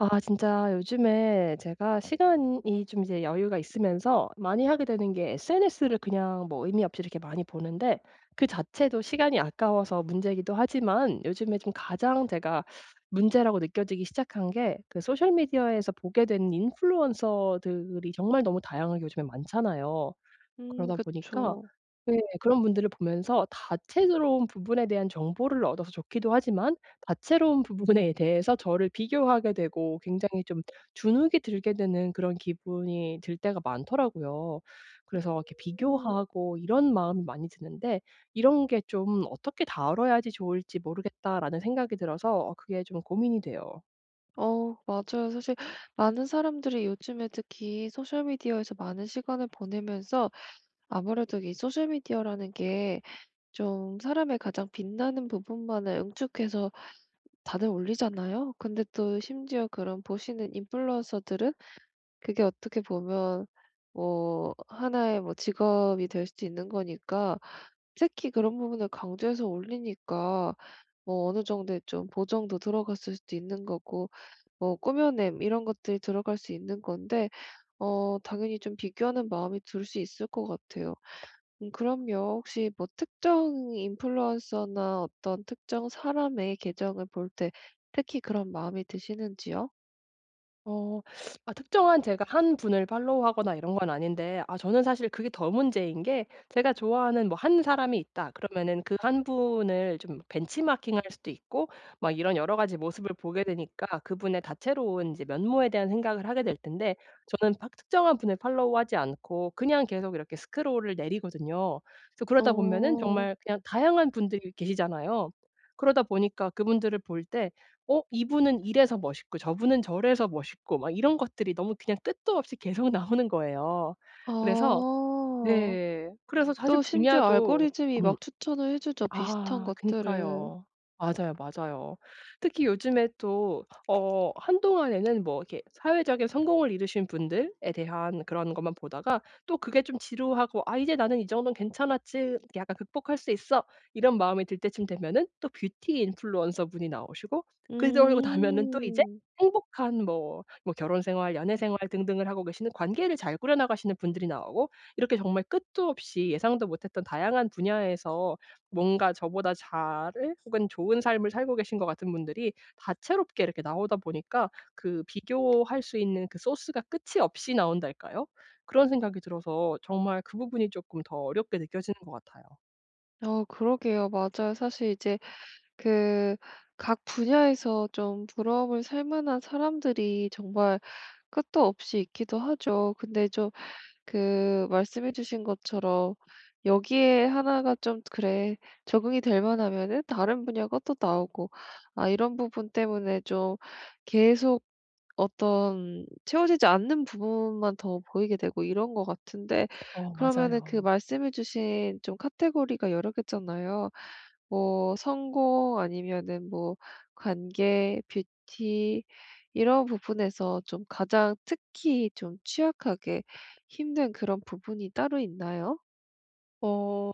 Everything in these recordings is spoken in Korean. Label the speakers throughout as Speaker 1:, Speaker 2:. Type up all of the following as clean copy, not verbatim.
Speaker 1: 아 진짜 요즘에 제가 시간이 좀 이제 여유가 있으면서 많이 하게 되는 게 SNS를 그냥 뭐 의미 없이 이렇게 많이 보는데, 그 자체도 시간이 아까워서 문제이기도 하지만, 요즘에 좀 가장 제가 문제라고 느껴지기 시작한 게 그 소셜 미디어에서 보게 되는 인플루언서들이 정말 너무 다양하게 요즘에 많잖아요. 그러다 보니까
Speaker 2: 그쵸.
Speaker 1: 네, 그런 분들을 보면서 다채로운 부분에 대한 정보를 얻어서 좋기도 하지만, 다채로운 부분에 대해서 저를 비교하게 되고 굉장히 좀 주눅이 들게 되는 그런 기분이 들 때가 많더라고요. 그래서 이렇게 비교하고 이런 마음이 많이 드는데, '이런 게 좀 어떻게 다뤄야지 좋을지 모르겠다.'라는 생각이 들어서 그게 좀 고민이 돼요.
Speaker 2: 어 맞아요. 사실 많은 사람들이 요즘에 특히 소셜 미디어에서 많은 시간을 보내면서, 아무래도 이 소셜 미디어라는 게 좀 사람의 가장 빛나는 부분만을 응축해서 다들 올리잖아요. 근데 또 심지어 그런 보시는 인플루언서들은, 그게 어떻게 보면 뭐 하나의 뭐 직업이 될 수도 있는 거니까, 특히 그런 부분을 강조해서 올리니까, 뭐 어느 정도의 좀 보정도 들어갔을 수도 있는 거고, 뭐 꾸며냄 이런 것들이 들어갈 수 있는 건데, 어 당연히 좀 비교하는 마음이 들 수 있을 것 같아요. 그럼요. 혹시 뭐 특정 인플루언서나 어떤 특정 사람의 계정을 볼 때 특히 그런 마음이 드시는지요?
Speaker 1: 어, 아 특정한 제가 한 분을 팔로우하거나 이런 건 아닌데, 아 저는 사실 그게 더 문제인 게, 제가 좋아하는 뭐 한 사람이 있다 그러면은 그 한 분을 좀 벤치마킹할 수도 있고 막 이런 여러 가지 모습을 보게 되니까 그분의 다채로운 이제 면모에 대한 생각을 하게 될 텐데, 저는 팍 특정한 분을 팔로우하지 않고 그냥 계속 이렇게 스크롤을 내리거든요. 그래서 그러다 보면은
Speaker 2: 어.
Speaker 1: 정말 그냥 다양한 분들이 계시잖아요. 그러다 보니까 그분들을 볼때 어 이분은 이래서 멋있고 저분은 저래서 멋있고 막 이런 것들이 너무 그냥 끝도 없이 계속 나오는 거예요. 그래서
Speaker 2: 아.
Speaker 1: 네. 그래서 사실
Speaker 2: 또 심지어
Speaker 1: 분야도.
Speaker 2: 알고리즘이
Speaker 1: 음.
Speaker 2: 막 추천을 해 주죠, 비슷한
Speaker 1: 아
Speaker 2: 것들을.
Speaker 1: 그니까요. 맞아요, 맞아요. 특히 요즘에 또 어 한동안에는 뭐 이렇게 사회적인 성공을 이루신 분들에 대한 그런 것만 보다가, 또 그게 좀 지루하고 '아 이제 나는 이 정도는 괜찮았지. 이렇게 약간 극복할 수 있어.' 이런 마음이 들 때쯤 되면은 또 뷰티 인플루언서 분이 나오시고, 그러고 나면은 또 이제
Speaker 2: 음.
Speaker 1: 행복한 뭐 뭐 결혼 생활, 연애 생활 등등을 하고 계시는, 관계를 잘 꾸려 나가시는 분들이 나오고, 이렇게 정말 끝도 없이 예상도 못했던 다양한 분야에서 뭔가 저보다 잘 혹은 좋은 삶을 살고 계신 것 같은 분들이 다채롭게 이렇게 나오다 보니까 그 비교할 수 있는 그 소스가 끝이 없이 나온달까요? 그런 생각이 들어서 정말 그 부분이 쪼끔 더 어렵게 느껴지는 것 같아요.
Speaker 2: 어 그러게요. 맞아요. 사실 이제 그 각 분야에서 좀 부러움을 살 만한 사람들이 정말 끝도 없이 있기도 하죠. 근데 좀 그 말씀해 주신 것처럼, 여기에 하나가 좀 '그래, 적응이 될 만하면은 다른 분야가 또 나오고.' 아 이런 부분 때문에 좀 계속 어떤 채워지지 않는 부분만 더 보이게 되고, 이런 것 같은데.
Speaker 1: 어,
Speaker 2: 그러면은 그
Speaker 1: 맞아요.
Speaker 2: 말씀해 주신 좀 카테고리가 여러 개잖아요. 뭐 성공 아니면은 뭐 관계, 뷰티, 이런 부분에서 좀 가장 특히 좀 취약하게 힘든 그런 부분이 따로 있나요?
Speaker 1: 어.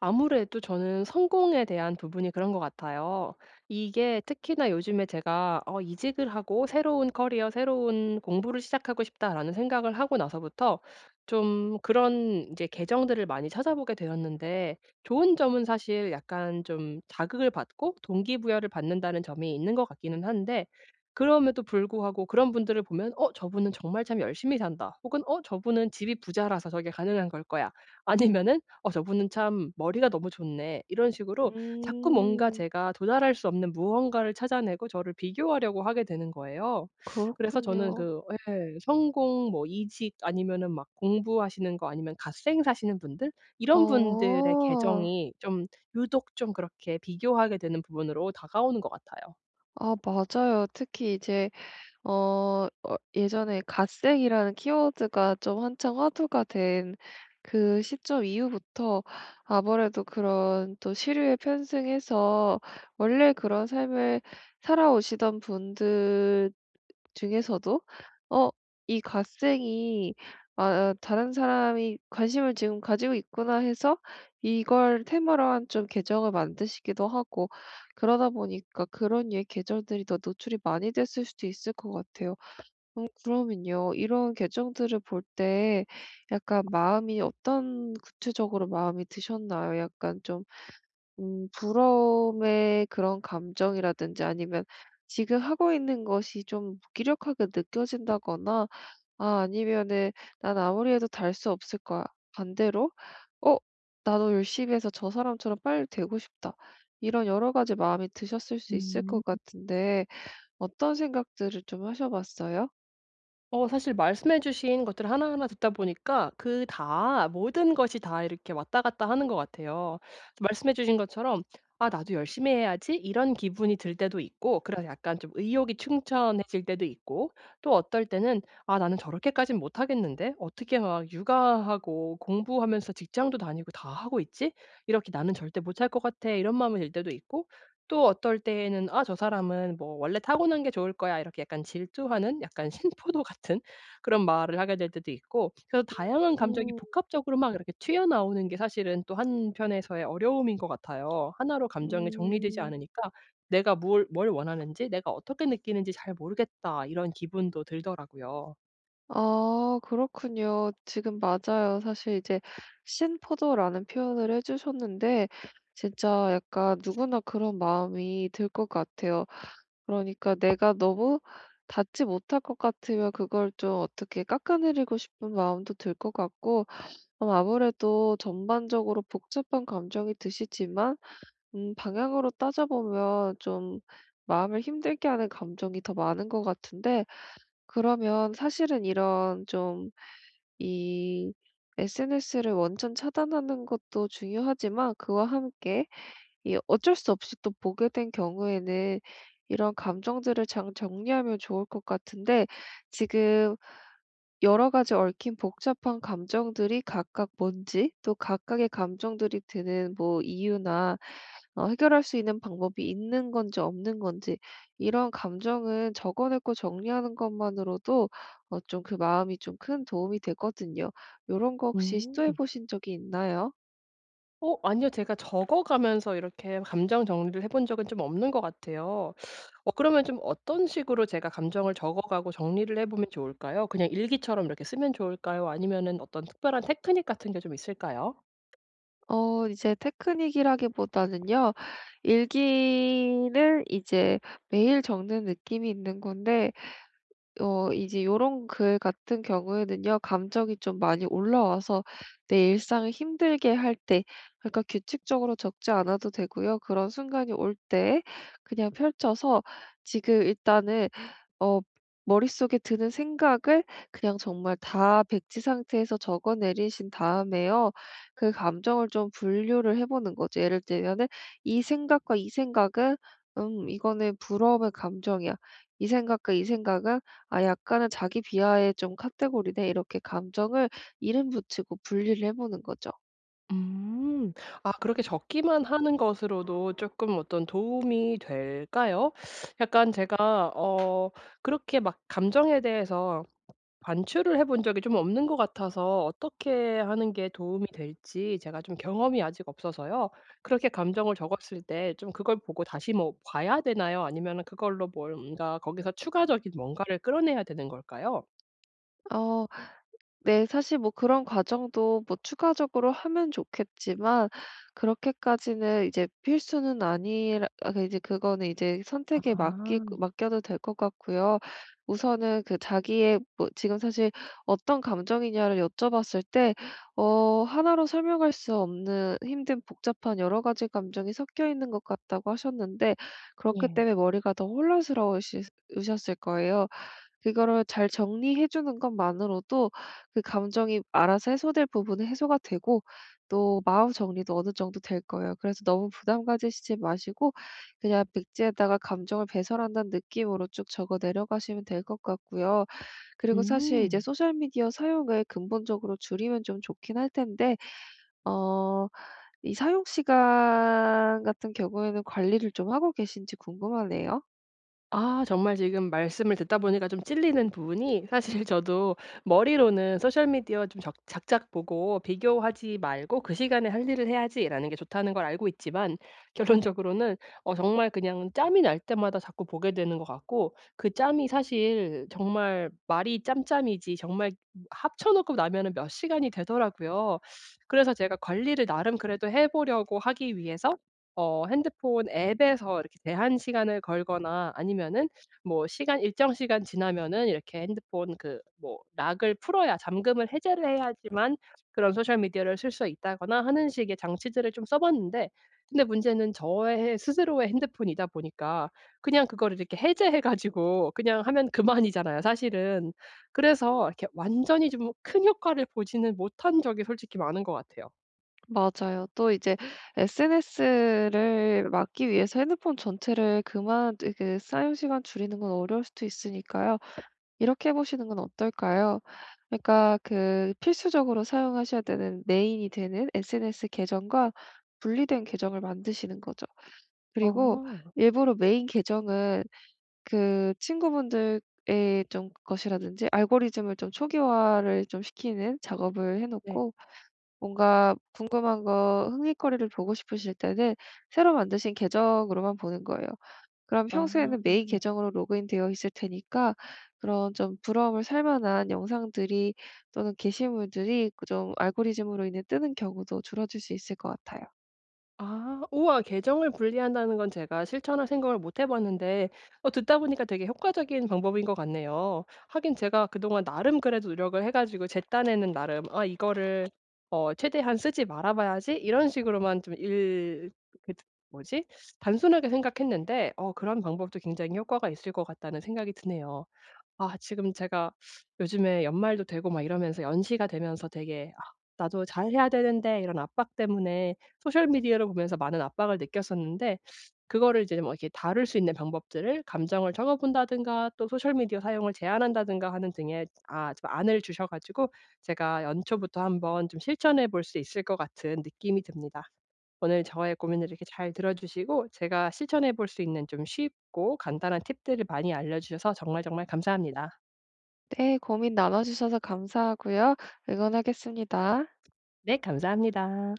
Speaker 1: 아무래도 저는 성공에 대한 부분이 그런 것 같아요. 이게 특히나 요즘에 제가 어 이직을 하고 새로운 커리어, 새로운 공부를 시작하고 싶다라는 생각을 하고 나서부터 좀 그런 이제 계정들을 많이 찾아보게 되었는데, 좋은 점은 사실 약간 좀 자극을 받고 동기부여를 받는다는 점이 있는 것 같기는 한데, 그럼에도 불구하고 그런 분들을 보면 '어 저분은 정말 참 열심히 산다.' 혹은 '어 저분은 집이 부자라서 저게 가능한 걸 거야.' 아니면은 '어 저분은 참 머리가 너무 좋네.' 이런 식으로 자꾸 뭔가
Speaker 2: 음.
Speaker 1: 제가 도달할 수 없는 무언가를 찾아내고 저를 비교하려고 하게 되는 거예요. 그래서 저는
Speaker 2: 그렇군요.
Speaker 1: 그 예, 성공 뭐 이직 아니면은 막 공부하시는 거 아니면 갓생 사시는 분들, 이런 분들의
Speaker 2: 어.
Speaker 1: 계정이 좀 유독 좀 그렇게 비교하게 되는 부분으로 다가오는 것 같아요.
Speaker 2: 아 맞아요. 특히 이제 예전에 갓생이라는 키워드가 좀 한창 화두가 된 그 시점 이후부터, 아무래도 그런 또 시류에 편승해서 원래 그런 삶을 살아오시던 분들 중에서도, 어 이 갓생이 아 '다른 사람이 관심을 지금 가지고 있구나.' 해서 이걸 테마로 한 좀 계정을 만드시기도 하고, 그러다 보니까 그런 예 계절들이 더 노출이 많이 됐을 수도 있을 것 같아요. 그러면요, 이런 계정들을 볼 때 약간 마음이 어떤 구체적으로 마음이 드셨나요? 약간 좀 부러움의 그런 감정이라든지, 아니면 지금 하고 있는 것이 좀 무기력하게 느껴진다거나, 아 아니면은 '난 아무리 해도 달 수 없을 거야.' 반대로 '어 나도 열심히 해서 저 사람처럼 빨리 되고 싶다.' 이런 여러 가지 마음이 드셨을 수 있을
Speaker 1: 음.
Speaker 2: 것 같은데, 어떤 생각들을 좀 하셔 봤어요?
Speaker 1: 어 사실 말씀해 주신 것들 하나하나 듣다 보니까 그 다 모든 것이 다 이렇게 왔다 갔다 하는 것 같아요. 말씀해 주신 것처럼 '아 나도 열심히 해야지.' 이런 기분이 들 때도 있고 그래서 약간 좀 의욕이 충천해질 때도 있고, 또 어떨 때는 '아 나는 저렇게까진 못 하겠는데. 어떻게 막 육아하고 공부하면서 직장도 다니고 다 하고 있지? 이렇게 나는 절대 못할 것 같아.' 이런 마음이 들 때도 있고, 또 어떨 때에는 '아 저 사람은 뭐 원래 타고난 게 좋을 거야.' 이렇게 약간 질투하는, 약간 신포도 같은 그런 말을 하게 될 때도 있고. 그래서 다양한 감정이 복합적으로 막 이렇게 튀어나오는 게 사실은 또 한편에서의 어려움인 것 같아요. 하나로 감정이 정리되지
Speaker 2: 음.
Speaker 1: 않으니까 '내가 뭘 원하는지 내가 어떻게 느끼는지 잘 모르겠다.' 이런 기분도 들더라고요.
Speaker 2: 아 그렇군요. 지금 맞아요. 사실 이제 신포도라는 표현을 해 주셨는데, 진짜 약간 누구나 그런 마음이 들 것 같아요. 그러니까 내가 너무 닿지 못할 것 같으면 그걸 좀 어떻게 깎아내리고 싶은 마음도 들 것 같고. 아무래도 전반적으로 복잡한 감정이 드시지만, 방향으로 따져보면 좀 마음을 힘들게 하는 감정이 더 많은 것 같은데, 그러면 사실은 이런 좀 이 SNS를 원천 차단하는 것도 중요하지만, 그와 함께 이 어쩔 수 없이 또 보게 된 경우에는 이런 감정들을 잘 정리하면 좋을 것 같은데. 지금 여러 가지 얽힌 복잡한 감정들이 각각 뭔지, 또 각각의 감정들이 드는 뭐 이유나 해결할 수 있는 방법이 있는 건지 없는 건지, 이런 감정은 적어 내고 정리하는 것만으로도 좀 그 마음이 좀 큰 도움이 되거든요. 요런 거 혹시 시도해
Speaker 1: 음.
Speaker 2: 보신 적이 있나요?
Speaker 1: 어, 아니요. 제가 적어 가면서 이렇게 감정 정리를 해본 적은 좀 없는 것 같아요. 어 그러면 좀 어떤 식으로 제가 감정을 적어 가고 정리를 해 보면 좋을까요? 그냥 일기처럼 이렇게 쓰면 좋을까요? 아니면은 어떤 특별한 테크닉 같은 게 좀 있을까요?
Speaker 2: 어 이제 테크닉이라기보다는요, 일기를 이제 매일 적는 느낌이 있는 건데, 이제 요런 글 같은 경우에는요, 감정이 좀 많이 올라와서 내 일상을 힘들게 할 때, 그러니까 규칙적으로 적지 않아도 되고요, 그런 순간이 올 때 그냥 펼쳐서 지금 일단은 어 머릿속에 드는 생각을 그냥 정말 다 백지 상태에서 적어 내리신 다음에요, 그 감정을 좀 분류를 해 보는 거죠. 예를 들면은 이 생각과 이 생각은 '음 이거는 부러움의 감정이야.', 이 생각과 이 생각은 '아 약간은 자기 비하의 좀 카테고리네.' 이렇게 감정을 이름 붙이고 분리를 해 보는 거죠.
Speaker 1: 음. 아 그렇게 적기만 하는 것으로도 쪼끔 어떤 도움이 될까요? 약간 제가 어 그렇게 막 감정에 대해서 반출을 해본 적이 좀 없는 것 같아서 어떻게 하는 게 도움이 될지 제가 좀 경험이 아직 없어서요. 그렇게 감정을 적었을 때 좀 그걸 보고 다시 뭐 봐야 되나요? 아니면 그걸로 뭔가 거기서 추가적인 뭔가를 끌어내야 되는 걸까요?
Speaker 2: 어. 네. 사실 뭐 그런 과정도 뭐 추가적으로 하면 좋겠지만, 그렇게까지는 이제 필수는 아니라, 그 이제 그거는 이제 선택에 맡기
Speaker 1: 아.
Speaker 2: 맡겨도 될 것 같고요. 우선은 그 자기의 뭐 지금 사실 어떤 감정이냐를 여쭤봤을 때, 하나로 설명할 수 없는 힘든 복잡한 여러 가지 감정이 섞여 있는 것 같다고 하셨는데, 그렇기
Speaker 1: 예.
Speaker 2: 때문에 머리가 더 혼란스러우시 으셨을 거예요. 그거를 잘 정리해 주는 것만으로도 그 감정이 알아서 해소될 부분은 해소가 되고, 또 마음 정리도 어느 정도 될 거예요. 그래서 너무 부담 가지시지 마시고, 그냥 백지에다가 감정을 배설한다는 느낌으로 쭉 적어 내려가시면 될 것 같고요. 그리고 사실 이제
Speaker 1: 음.
Speaker 2: 소셜 미디어 사용을 근본적으로 줄이면 좀 좋긴 할 텐데, 어 이 사용 시간 같은 경우에는 관리를 좀 하고 계신지 궁금하네요.
Speaker 1: 아 정말 지금 말씀을 듣다 보니까 좀 찔리는 부분이, 사실 저도 머리로는 '소셜 미디어 좀 적 작작 보고 비교하지 말고 그 시간에 할 일을 해야지.'라는 게 좋다는 걸 알고 있지만, 결론적으로는 어 정말 그냥 짬이 날 때마다 자꾸 보게 되는 것 같고, 그 짬이 사실 정말 말이 짬짬이지 정말 합쳐 놓고 나면은 몇 시간이 되더라고요. 그래서 제가 관리를 나름 그래도 해 보려고 하기 위해서 어 핸드폰 앱에서 이렇게 제한 시간을 걸거나 아니면은 뭐 시간, 일정 시간 지나면은 이렇게 핸드폰 그 뭐 락을 풀어야, 잠금을 해제를 해야지만 그런 소셜 미디어를 쓸 수 있다거나 하는 식의 장치들을 좀 써 봤는데, 근데 문제는 저의 스스로의 핸드폰이다 보니까 그냥 그거를 이렇게 해제해 가지고 그냥 하면 그만이잖아요 사실은. 그래서 이렇게 완전히 좀 큰 효과를 보지는 못한 적이 솔직히 많은 것 같아요.
Speaker 2: 맞아요. 또 이제 SNS를 막기 위해서 핸드폰 전체를 그만 그 사용 시간 줄이는 건 어려울 수도 있으니까요, 이렇게 해 보시는 건 어떨까요? 그러니까 그 필수적으로 사용하셔야 되는 메인이 되는 SNS 계정과 분리된 계정을 만드시는 거죠. 그리고
Speaker 1: 아,
Speaker 2: 일부러 메인 계정은 그 친구분들의 좀 것이라든지 알고리즘을 좀 초기화를 좀 시키는 작업을 해
Speaker 1: 네.
Speaker 2: 놓고, 뭔가 궁금한 거 흥미거리를 보고 싶으실 때는 새로 만드신 계정으로만 보는 거예요. 그럼
Speaker 1: 아.
Speaker 2: 평소에는 메인 계정으로 로그인되어 있을 테니까, 그런 좀 부러움을 살 만한 영상들이 또는 게시물들이 그좀 알고리즘으로 인해 뜨는 경우도 줄어들 수 있을 것 같아요.
Speaker 1: 아. 우와, 계정을 분리한다는 건 제가 실천할 생각을 못 해 봤는데, 어 듣다 보니까 되게 효과적인 방법인 것 같네요. 하긴 제가 그동안 나름 그래도 노력을 해 가지고 제 딴에는 나름 '아 이거를 어 최대한 쓰지 말아 봐야지.' 이런 식으로만 좀 일 그 뭐지? 단순하게 생각했는데, 어 그런 방법도 굉장히 효과가 있을 것 같다는 생각이 드네요. 아 지금 제가 요즘에 연말도 되고 막 이러면서 연시가 되면서 되게 '아 나도 잘해야 되는데.' 이런 압박 때문에 소셜 미디어를 보면서 많은 압박을 느꼈었는데, 그거를 이제 뭐 이렇게 다룰 수 있는 방법들을, 감정을 적어 본다든가 또 소셜 미디어 사용을 제한한다든가 하는 등의 아 좀 안을 주셔 가지고 제가 연초부터 한번 좀 실천해 볼 수 있을 것 같은 느낌이 듭니다. 오늘 저의 고민을 이렇게 잘 들어 주시고 제가 실천해 볼 수 있는 좀 쉽고 간단한 팁들을 많이 알려 주셔서 정말 정말 감사합니다.
Speaker 2: 네, 고민 나눠주셔서 감사하고요. 응원하겠습니다.
Speaker 1: 네, 감사합니다.